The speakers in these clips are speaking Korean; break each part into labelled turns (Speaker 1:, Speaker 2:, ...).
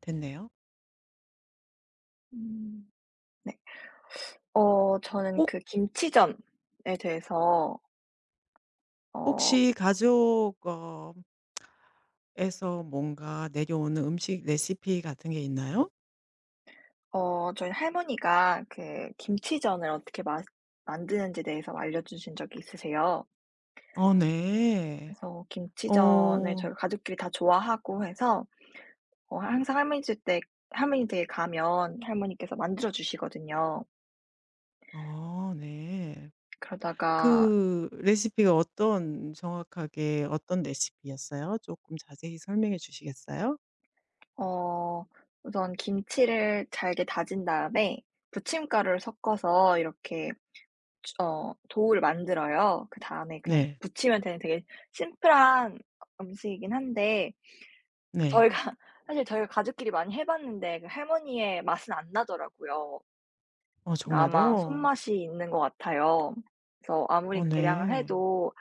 Speaker 1: 됐네요.
Speaker 2: 음 네. 저는
Speaker 1: 혹
Speaker 2: 그 김치전에 대해서 어
Speaker 1: 혹시 가족 에서 뭔가 내려오는 음식 레시피 같은 게 있나요?
Speaker 2: 저희 할머니가 그 김치전을 어떻게 만드는지에 대해서 알려 주신 적이 있으세요.
Speaker 1: 어 네.
Speaker 2: 그래서 김치전을
Speaker 1: 어.
Speaker 2: 저희 가족끼리 다 좋아하고 해서 항상 할머니 댁 때 할머니 댁에 가면 할머니께서 만들어 주시거든요.
Speaker 1: 어 네.
Speaker 2: 그러다가
Speaker 1: 그 레시피가 어떤 정확하게 어떤 레시피였어요? 조금 자세히 설명해 주시겠어요?
Speaker 2: 어 우선 김치를 잘게 다진 다음에 부침가루를 섞어서 이렇게 도우를 만들어요. 그다음에 그냥
Speaker 1: 네.
Speaker 2: 부치면 되는 되게 심플한 음식이긴 한데 저희가
Speaker 1: 네.
Speaker 2: 사실 저희가 가족끼리 많이 해 봤는데 그 할머니의 맛은 안 나더라고요.
Speaker 1: 어
Speaker 2: 그러니까 아마
Speaker 1: 정말요?
Speaker 2: 손맛이 있는 것 같아요. 그래서 아무리
Speaker 1: 어
Speaker 2: 계량을
Speaker 1: 네.
Speaker 2: 해도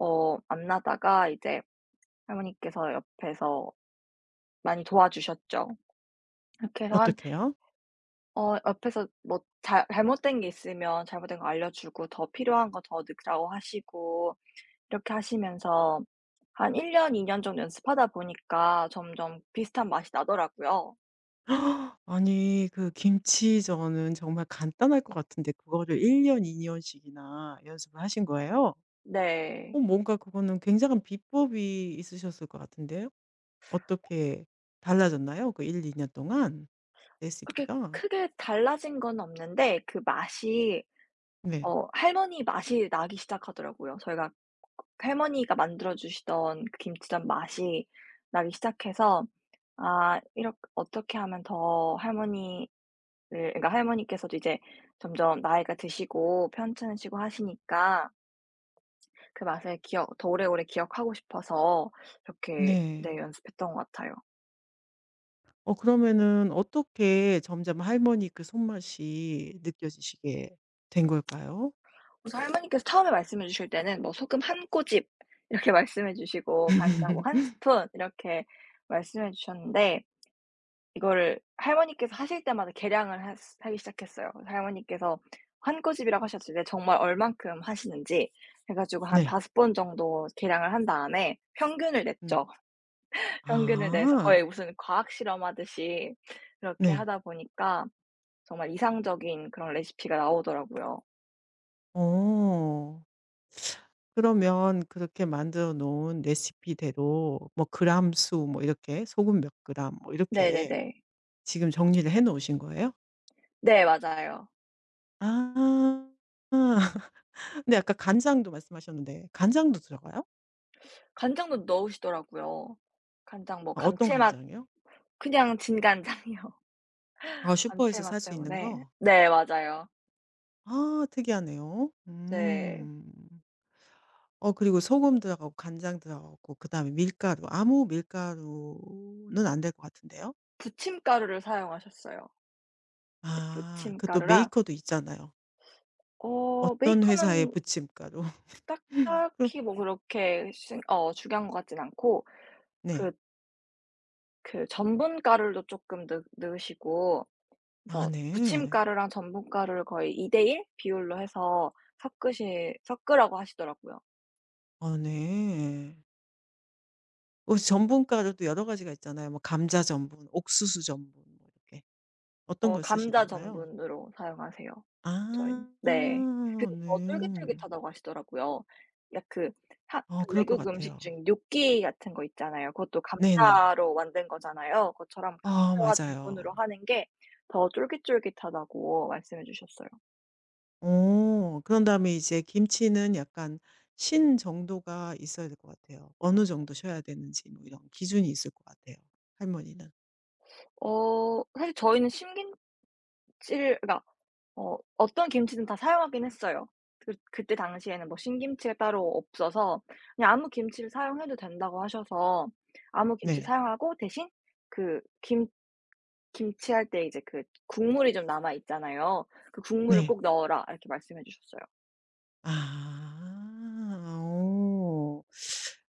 Speaker 2: 안 나다가 이제 할머니께서 옆에서 많이 도와주셨죠. 이렇게 해서 한
Speaker 1: 어떻게요?
Speaker 2: 어 옆에서 뭐 잘 잘못된 게 있으면 잘못된 거 알려 주고 더 필요한 거 더 넣으라고 하시고 이렇게 하시면서 한 1년 년, 2년 정도 연습하다 보니까 점점 비슷한 맛이 나더라고요.
Speaker 1: 아니 그 김치전은 정말 간단할 것 같은데 그거를 1 년, 2 년씩이나 연습을 하신 거예요?
Speaker 2: 네.
Speaker 1: 어 뭔가 그거는 굉장한 비법이 있으셨을 것 같은데요. 어떻게 달라졌나요? 그 1~2년 동안
Speaker 2: 그렇게
Speaker 1: 레시피가?
Speaker 2: 크게 달라진 건 없는데 그 맛이
Speaker 1: 네.
Speaker 2: 할머니 맛이 나기 시작하더라고요. 저희가 할머니가 만들어 주시던 그 김치전 맛이 나기 시작해서 아 이렇 어떻게 하면 더 할머니를, 그러니까 할머니께서도 이제 점점 나이가 드시고 편찮으시고 하시니까 그 맛을 기억 더 오래오래 기억하고 싶어서 이렇게 네
Speaker 1: 네.
Speaker 2: 연습했던 것 같아요.
Speaker 1: 어 그러면은 어떻게 점점 할머니 그 손맛이 느껴지시게 된 걸까요?
Speaker 2: 그래서 할머니께서 처음에 말씀해 주실 때는 뭐 "소금 한 꼬집." 이렇게 말씀해 주시고 "간장 뭐 한 스푼." 이렇게 말씀해 주셨는데, 이거를 할머니께서 하실 때마다 계량을 하 하기 시작했어요. 그래서 할머니께서 한 꼬집이라고 하셨을 때 정말 얼만큼 하시는지 해 가지고 한
Speaker 1: 네.
Speaker 2: 5번 정도 계량을 한 다음에 평균을
Speaker 1: 네.
Speaker 2: 냈죠. 평균을 내서 거의
Speaker 1: 아.
Speaker 2: 무슨 과학 실험하듯이 그렇게
Speaker 1: 네.
Speaker 2: 하다 보니까 정말 이상적인 그런 레시피가 나오더라고요.
Speaker 1: 어. 그러면 그렇게 만들어 놓은 레시피대로 뭐 그램 수 뭐 이렇게 소금 몇 그램 뭐 이렇게
Speaker 2: 네네네.
Speaker 1: 지금 정리를 해 놓으신 거예요?
Speaker 2: 네, 맞아요.
Speaker 1: 아. 근데 아까 간장도 말씀하셨는데 간장도 들어가요?
Speaker 2: 간장도 넣으시더라고요. 간장 뭐
Speaker 1: 아 어떤
Speaker 2: 감칠맛,
Speaker 1: 간장이요?
Speaker 2: 그냥 진간장이요.
Speaker 1: 아 슈퍼에서
Speaker 2: 감칠맛
Speaker 1: 살 수 있는
Speaker 2: 때문에.
Speaker 1: 거?
Speaker 2: 네, 맞아요.
Speaker 1: 아 특이하네요.
Speaker 2: 네.
Speaker 1: 음. 어 그리고 소금 들어가고 간장 들어가고 그다음에 밀가루 아무 밀가루는 안 될 것 같은데요?
Speaker 2: 부침가루를 사용하셨어요. 네,
Speaker 1: 아 그것도
Speaker 2: 부침가루랑
Speaker 1: 메이커도 있잖아요. 어떤 회사의
Speaker 2: 베이컨은,
Speaker 1: 부침가루.
Speaker 2: 딱
Speaker 1: 그럼
Speaker 2: 딱히 뭐 그렇게 신 어 중요한 것 같진 않고 그
Speaker 1: 네.
Speaker 2: 그 전분가루도 쪼끔 넣 넣으시고,
Speaker 1: 아
Speaker 2: 그래서
Speaker 1: 네.
Speaker 2: 부침가루랑 전분가루를 거의 2:1 비율로 해서 섞으시 섞으라고 하시더라고요.
Speaker 1: 아 네. 어 전분가루도 여러 가지가 있잖아요. 뭐 감자 전분, 옥수수 전분 뭐 이렇게. 어떤 걸
Speaker 2: 감자
Speaker 1: 쓰시던가요?
Speaker 2: 전분으로 사용하세요, 저희는.
Speaker 1: 아
Speaker 2: 네. 더
Speaker 1: 네.
Speaker 2: 쫄깃쫄깃하다고 하시더라고요. 약 그 하
Speaker 1: 어
Speaker 2: 그
Speaker 1: 그럴 것
Speaker 2: 외국 음식
Speaker 1: 같아요.
Speaker 2: 중에 뇨끼 같은 거 있잖아요. 그것도
Speaker 1: 네네.
Speaker 2: 감자로 만든 거잖아요. 그것처럼
Speaker 1: 아
Speaker 2: 감자와 전분으로
Speaker 1: 맞아요.
Speaker 2: 하는 게 더 쫄깃쫄깃하다고 말씀해 주셨어요.
Speaker 1: 어 그런 다음에 이제 김치는 약간 신 정도가 있어야 될 것 같아요. 어느 정도 쉬어야 되는지 뭐 이런 기준이 있을 것 같아요, 할머니는.
Speaker 2: 사실 저희는 신김치를 그러니까 어떤 김치든 다 사용하긴 했어요. 그때 당시에는 뭐 신김치가 따로 없어서 그냥 아무 김치를 사용해도 된다고 하셔서 아무 김치
Speaker 1: 네.
Speaker 2: 사용하고, 대신 그 김 김치 할 때 이제 그 국물이 좀 남아 있잖아요. "그 국물을
Speaker 1: 네.
Speaker 2: 꼭 넣어라." 이렇게 말씀해 주셨어요.
Speaker 1: 아. 오,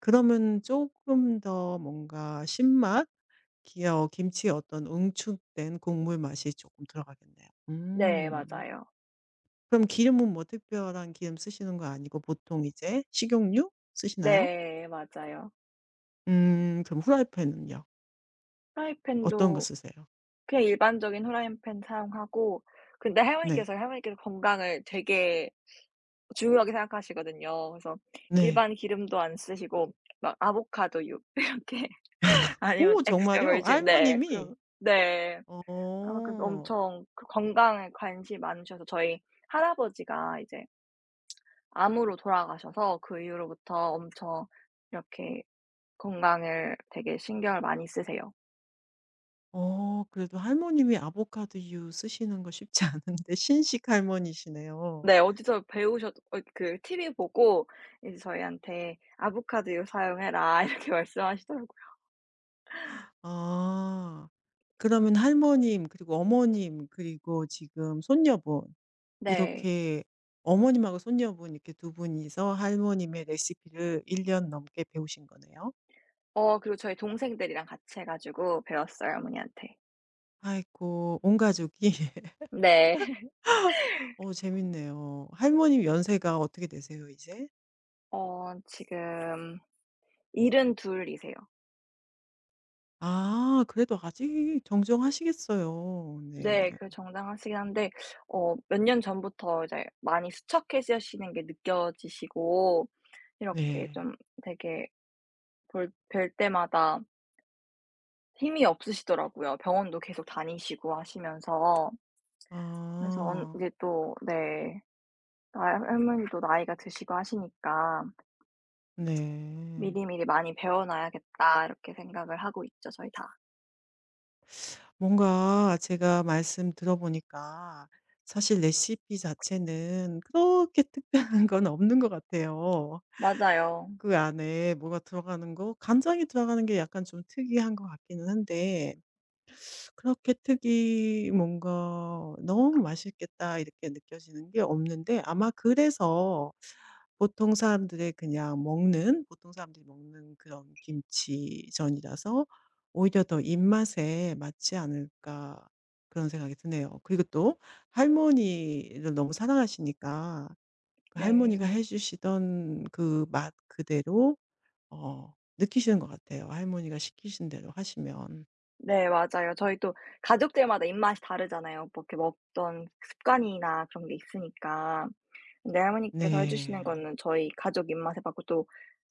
Speaker 1: 그러면 조금 더 뭔가 신맛? 기어 김치의 어떤 응축된 국물 맛이 조금 들어가겠네요.
Speaker 2: 네,
Speaker 1: 음.
Speaker 2: 맞아요.
Speaker 1: 그럼 기름은 뭐 특별한 기름 쓰시는 거 아니고 보통 이제 식용유 쓰시나요?
Speaker 2: 네, 맞아요.
Speaker 1: 음. 그럼 후라이팬은요, 어떤 거
Speaker 2: 프라이팬도,
Speaker 1: 쓰세요?
Speaker 2: 그냥 일반적인 후라이팬 사용하고. 근데
Speaker 1: 네.
Speaker 2: 할머니께서 건강을 되게 중요하게 생각하시거든요. 그래서
Speaker 1: 네.
Speaker 2: 일반 기름도 안 쓰시고 막 아보카도유 이렇게, 아니면
Speaker 1: 오,
Speaker 2: 엑스트라
Speaker 1: 정말요?
Speaker 2: 버진. 네. 그
Speaker 1: 할머님이?
Speaker 2: 럼 네. 아, 그래서
Speaker 1: 어.
Speaker 2: 엄청 그 건강에 관심이 많으셔서, 저희 할아버지가 이제 암으로 돌아가셔서, 그 이후로부터 엄청 이렇게 건강을 되게 신경을 많이 쓰세요.
Speaker 1: 어 그래도 할머님이 아보카도유 쓰시는 거 쉽지 않은데 신식 할머니시네요.
Speaker 2: 네. 어디서 배우셨 어 그 TV 보고 이제 저희한테 "아보카도유 사용해라." 이렇게 말씀하시더라고요.
Speaker 1: 아. 그러면 할머님 그리고 어머님 그리고 지금 손녀분
Speaker 2: 네.
Speaker 1: 이렇게 어머님하고 손녀분 이렇게 두 분이서 할머님의 레시피를 1년 넘게 배우신 거네요.
Speaker 2: 그리고 저희 동생들이랑 같이 해 가지고 배웠어요, 어머니한테.
Speaker 1: 아이고, 온 가족이
Speaker 2: 네.
Speaker 1: 어 재밌네요. 할머님 연세가 어떻게 되세요 이제?
Speaker 2: 지금 72 이세요.
Speaker 1: 아 그래도 아직 정정하시겠어요. 네.
Speaker 2: 네, 그 정장하시긴 한데 몇 년 전부터 이제 많이 수척해지시는 게 느껴지시고, 이렇게
Speaker 1: 네.
Speaker 2: 좀 되게 볼 뵐 때마다 힘이 없으시더라고요. 병원도 계속 다니시고 하시면서. 그래서 언
Speaker 1: 아.
Speaker 2: 이제 또 네 나이 할머니도 나이가 드시고 하시니까
Speaker 1: 네.
Speaker 2: '미리미리 많이 배워놔야겠다.' 이렇게 생각을 하고 있죠, 저희 다.
Speaker 1: 뭔가 제가 말씀 들어보니까 사실 레시피 자체는 그렇게 특별한 건 없는 것 같아요.
Speaker 2: 맞아요.
Speaker 1: 그 안에 뭐가 들어가는 거, 간장이 들어가는 게 약간 좀 특이한 것 같기는 한데 그렇게 특이 뭔가 '너무 맛있겠다.' 이렇게 느껴지는 게 없는데 아마 그래서 보통 사람들이 먹는 그런 김치전이라서 오히려 더 입맛에 맞지 않을까, 그런 생각이 드네요. 그리고 또 할머니를 너무 사랑하시니까 그 할머니가
Speaker 2: 네.
Speaker 1: 해 주시던 그 맛 그대로 어 느끼시는 것 같아요, 할머니가 시키신 대로 하시면.
Speaker 2: 네, 맞아요. 저희 또 가족들마다 입맛이 다르잖아요. 뭐 이렇게 먹던 습관이나 그런 게 있으니까. 근데 할머니께서 해 주시는
Speaker 1: 네.
Speaker 2: 거는 저희 가족 입맛에 맞고, 또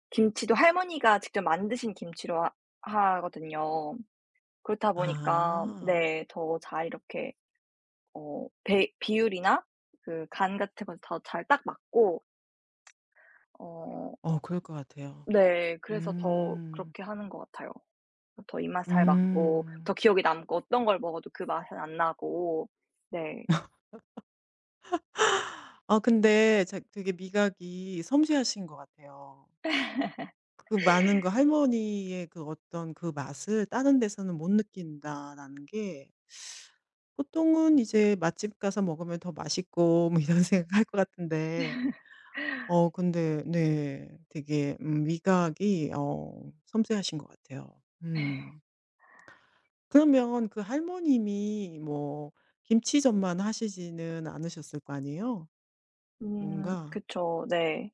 Speaker 2: 김치도 할머니가 직접 만드신 김치로 하 하거든요. 그렇다 보니까
Speaker 1: 아.
Speaker 2: 네 더 잘 이렇게 배 비율이나 그 간 같은 것도 더 잘 딱 맞고. 어
Speaker 1: 어 그럴 것 같아요.
Speaker 2: 네. 그래서 더
Speaker 1: 음.
Speaker 2: 그렇게 하는 것 같아요. 더 입맛 잘 맞고 더
Speaker 1: 음.
Speaker 2: 기억에 남고, 어떤 걸 먹어도 그 맛은 안 나고. 네.
Speaker 1: 아 근데 자 되게 미각이 섬세하신 것 같아요. 그 많은 그 할머니의 그 어떤 그 맛을 '다른 데서는 못 느낀다.'라는 게 보통은 이제 '맛집 가서 먹으면 더 맛있고.' 뭐 이런 생각할 것 같은데 어 근데 네 되게 미각이 어 섬세하신 것 같아요. 음. 그러면 그 할머님이 뭐 김치전만 하시지는 않으셨을 거 아니에요?
Speaker 2: 음,
Speaker 1: 뭔가
Speaker 2: 그쵸. 네.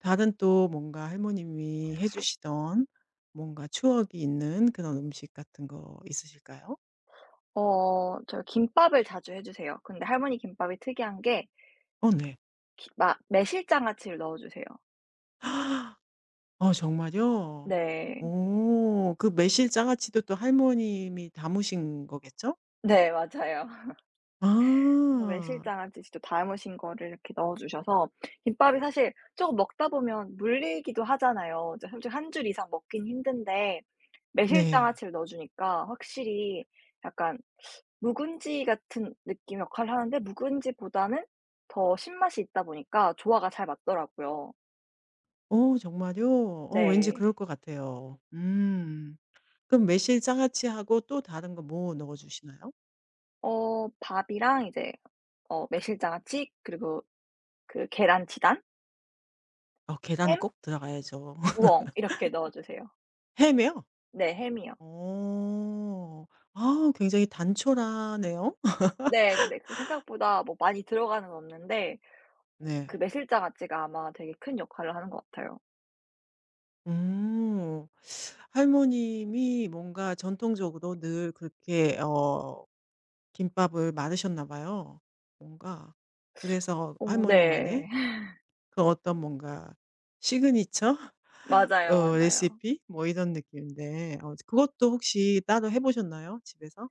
Speaker 1: 다른 또 뭔가 할머님이 해 주시던 뭔가 추억이 있는 그런 음식 같은 거 있으실까요?
Speaker 2: 제가 김밥을 자주 해 주세요. 근데 할머니 김밥이 특이한 게
Speaker 1: 어 네.
Speaker 2: 기 막 매실장아찌를 넣어 주세요.
Speaker 1: 어 정말요?
Speaker 2: 네.
Speaker 1: 오. 그 매실 장아찌도 또 할머님이 담으신 거겠죠?
Speaker 2: 네, 맞아요. 그래서
Speaker 1: 아.
Speaker 2: 매실장아찌 직접 담으신 거를 이렇게 넣어 주셔서. 김밥이 사실 조금 먹다 보면 물리기도 하잖아요. 이제 솔직히 한 줄 이상 먹긴 힘든데, 매실
Speaker 1: 네.
Speaker 2: 장아찌를 넣어주니까 확실히 약간 묵은지 같은 느낌 역할을 하는데, 묵은지보다는 더 신맛이 있다 보니까 조화가 잘 맞더라고요.
Speaker 1: 어 정말요? 어 왠지
Speaker 2: 네.
Speaker 1: 그럴 것 같아요. 음. 그럼 매실, 장아찌하고 또 다른 거 뭐 넣어 주시나요?
Speaker 2: 밥이랑 이제 매실 장아찌, 그리고 그 계란 치단,
Speaker 1: 어
Speaker 2: 햄,
Speaker 1: 계란은 꼭 들어가야죠.
Speaker 2: 우엉 이렇게 넣어 주세요.
Speaker 1: 햄이요?
Speaker 2: 네, 햄이요.
Speaker 1: 어. 아 굉장히 단촐하네요.
Speaker 2: 네, 네. 그 생각보다 뭐 많이 들어가는 건 없는데,
Speaker 1: 네.
Speaker 2: 그 매실 장아찌가 아마 되게 큰 역할을 하는 것 같아요.
Speaker 1: 음. 할머님이 뭔가 전통적으로 늘 그렇게 어 김밥을 말으셨나 봐요. 뭔가 그래서
Speaker 2: 오,
Speaker 1: 할머니만의
Speaker 2: 네.
Speaker 1: 그 어떤 뭔가 시그니처
Speaker 2: 맞아요,
Speaker 1: 어
Speaker 2: 맞아요.
Speaker 1: 레시피 뭐 이런 느낌인데 어 그것도 혹시 따로 해 보셨나요? 집에서?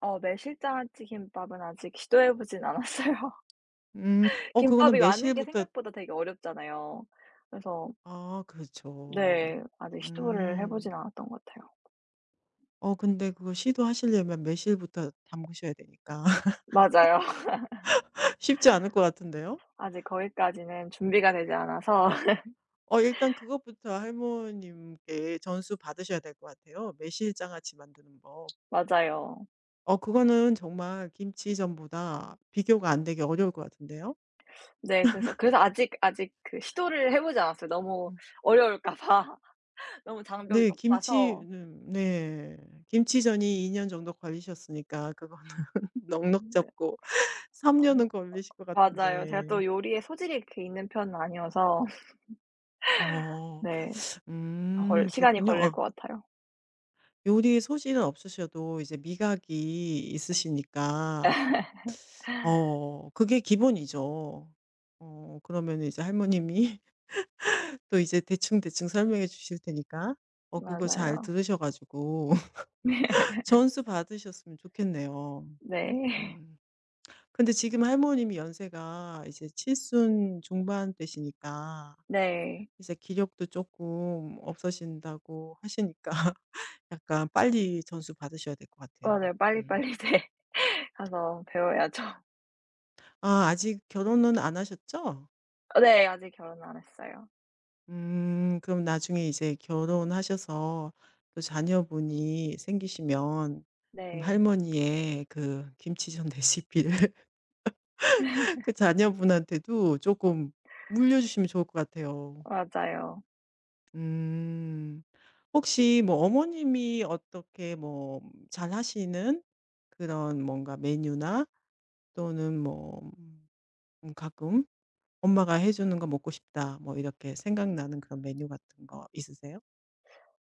Speaker 2: 매실장아찌 김밥은 아직 시도해 보진 않았어요.
Speaker 1: 음. 어 그거는
Speaker 2: 김밥이 많은 게
Speaker 1: 매실부터
Speaker 2: 생각보다 되게 어렵잖아요. 그래서
Speaker 1: 아
Speaker 2: 네
Speaker 1: 그렇죠.
Speaker 2: 아직 시도를 해 보진
Speaker 1: 음.
Speaker 2: 않았던 것 같아요.
Speaker 1: 어 근데 그거 시도하시려면 매실부터 담그셔야 되니까
Speaker 2: 맞아요.
Speaker 1: 쉽지 않을 것 같은데요.
Speaker 2: 아직 거기까지는 준비가 되지 않아서.
Speaker 1: 어 일단 그것부터 할머님께 전수 받으셔야 될 것 같아요. 매실 장아찌 만드는 법.
Speaker 2: 맞아요.
Speaker 1: 어 그거는 정말 김치전보다 비교가 안 되게 어려울 것 같은데요.
Speaker 2: 네, 그래서 아직 그 시도를 해 보지 않았어요. 너무
Speaker 1: 음.
Speaker 2: 어려울까 봐. 너무 장벽이
Speaker 1: 네.
Speaker 2: 높아서.
Speaker 1: 김치는 네. 김치전이 2년 정도 걸리셨으니까 그거는 넉넉
Speaker 2: 네.
Speaker 1: 잡고 3
Speaker 2: 아,
Speaker 1: 년은 걸리실 것
Speaker 2: 맞아요. 제가
Speaker 1: 같은데.
Speaker 2: 또 요리에 소질이 렇게 있는 편은 아니어서.
Speaker 1: 어.
Speaker 2: 네, 더 걸 시간이
Speaker 1: 그렇군요.
Speaker 2: 걸릴
Speaker 1: 아
Speaker 2: 것 같아요.
Speaker 1: 요리 소질은 없으셔도 이제 미각이 있으시니까 어 그게 기본이죠. 어 그러면 이제 할머님이 또 이제 대충대충 설명해 주실 테니까 어 그거 잘
Speaker 2: 맞아요.
Speaker 1: 들으셔 가지고 전수 받으셨으면 좋겠네요.
Speaker 2: 네.
Speaker 1: 음. 근데 지금 할머님이 연세가 이제 칠순 중반 되시니까
Speaker 2: 네.
Speaker 1: 이제 기력도 조금 없어진다고 하시니까 약간 빨리 전수 받으셔야 될 것 같아요.
Speaker 2: 맞아요.
Speaker 1: 음.
Speaker 2: 빨리빨리 네. 가서 배워야죠.
Speaker 1: 아 아직 결혼은 안 하셨죠?
Speaker 2: 어, 네. 아직 결혼 안 했어요.
Speaker 1: 그럼 나중에 이제 결혼하셔서 또 자녀분이 생기시면 그럼
Speaker 2: 네.
Speaker 1: 할머니의 그 김치전 레시피를 그 자녀분한테도 조금 물려주시면 좋을 것 같아요.
Speaker 2: 맞아요.
Speaker 1: 음. 혹시 뭐 어머님이 어떻게 뭐 잘하시는 그런 뭔가 메뉴나 또는 뭐 가끔 '엄마가 해 주는 거 먹고 싶다.' 뭐 이렇게 생각나는 그런 메뉴 같은 거 있으세요?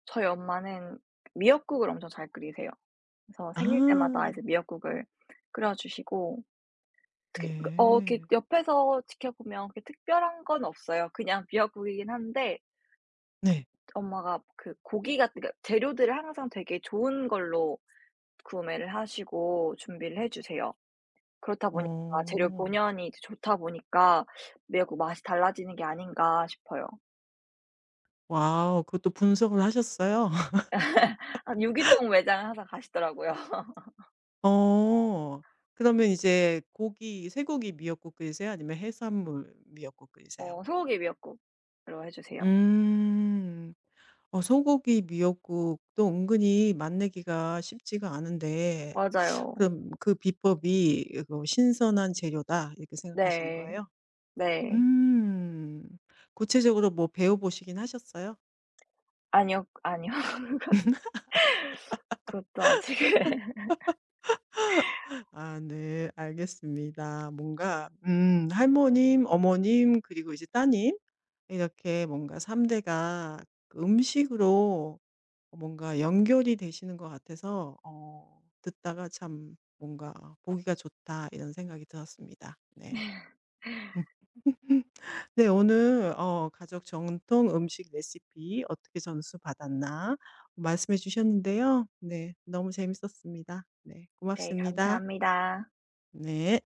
Speaker 2: 저희 엄마는 미역국을 엄청 잘 끓이세요. 그래서 생일 때마다 이제
Speaker 1: 아
Speaker 2: 미역국을 끓여 주시고. 특히 그 이렇게
Speaker 1: 네.
Speaker 2: 옆에서 지켜보면 그렇게 특별한 건 없어요. 그냥 미역국이긴 한데,
Speaker 1: 네.
Speaker 2: 엄마가 그 고기 같은, 그러니까 재료들을 항상 되게 좋은 걸로 구매를 하시고 준비를 해 주세요. 그렇다 보니까 재료
Speaker 1: 어.
Speaker 2: 본연이 이제 좋다 보니까 매국 맛이 달라지는 게 아닌가 싶어요.
Speaker 1: 와우. 그것도 분석을 하셨어요?
Speaker 2: 아, 유기농 매장을 항상 가시더라고요.
Speaker 1: 어. 그러면 이제 고기 쇠고기 미역국 끓이세요? 아니면 해산물 미역국 끓이세요?
Speaker 2: 소고기 미역국으로 해 주세요.
Speaker 1: 음. 어 소고기 미역국도 은근히 맛내기가 쉽지가 않은데
Speaker 2: 맞아요.
Speaker 1: 그럼 그 비법이 그 '신선한 재료다.' 이렇게 생각하시는
Speaker 2: 네.
Speaker 1: 거예요?
Speaker 2: 네.
Speaker 1: 음. 구체적으로 뭐 배워 보시긴 하셨어요?
Speaker 2: 아니요, 아니요. 그것도 아직은.
Speaker 1: 아 네. 알겠습니다. 뭔가 할머님, 어머님 그리고 이제 따님 이렇게 뭔가 3 대가 그 음식으로 뭔가 연결이 되시는 것 같아서 어 듣다가 참 뭔가 '보기가 좋다.' 이런 생각이 들었습니다. 네. 네. 오늘 어 가족 정통 음식 레시피 어떻게 전수 받았나 말씀해 주셨는데요. 네. 너무 재밌었습니다. 네.
Speaker 2: 네,
Speaker 1: 고맙습니다.
Speaker 2: 감사합니다.
Speaker 1: 네.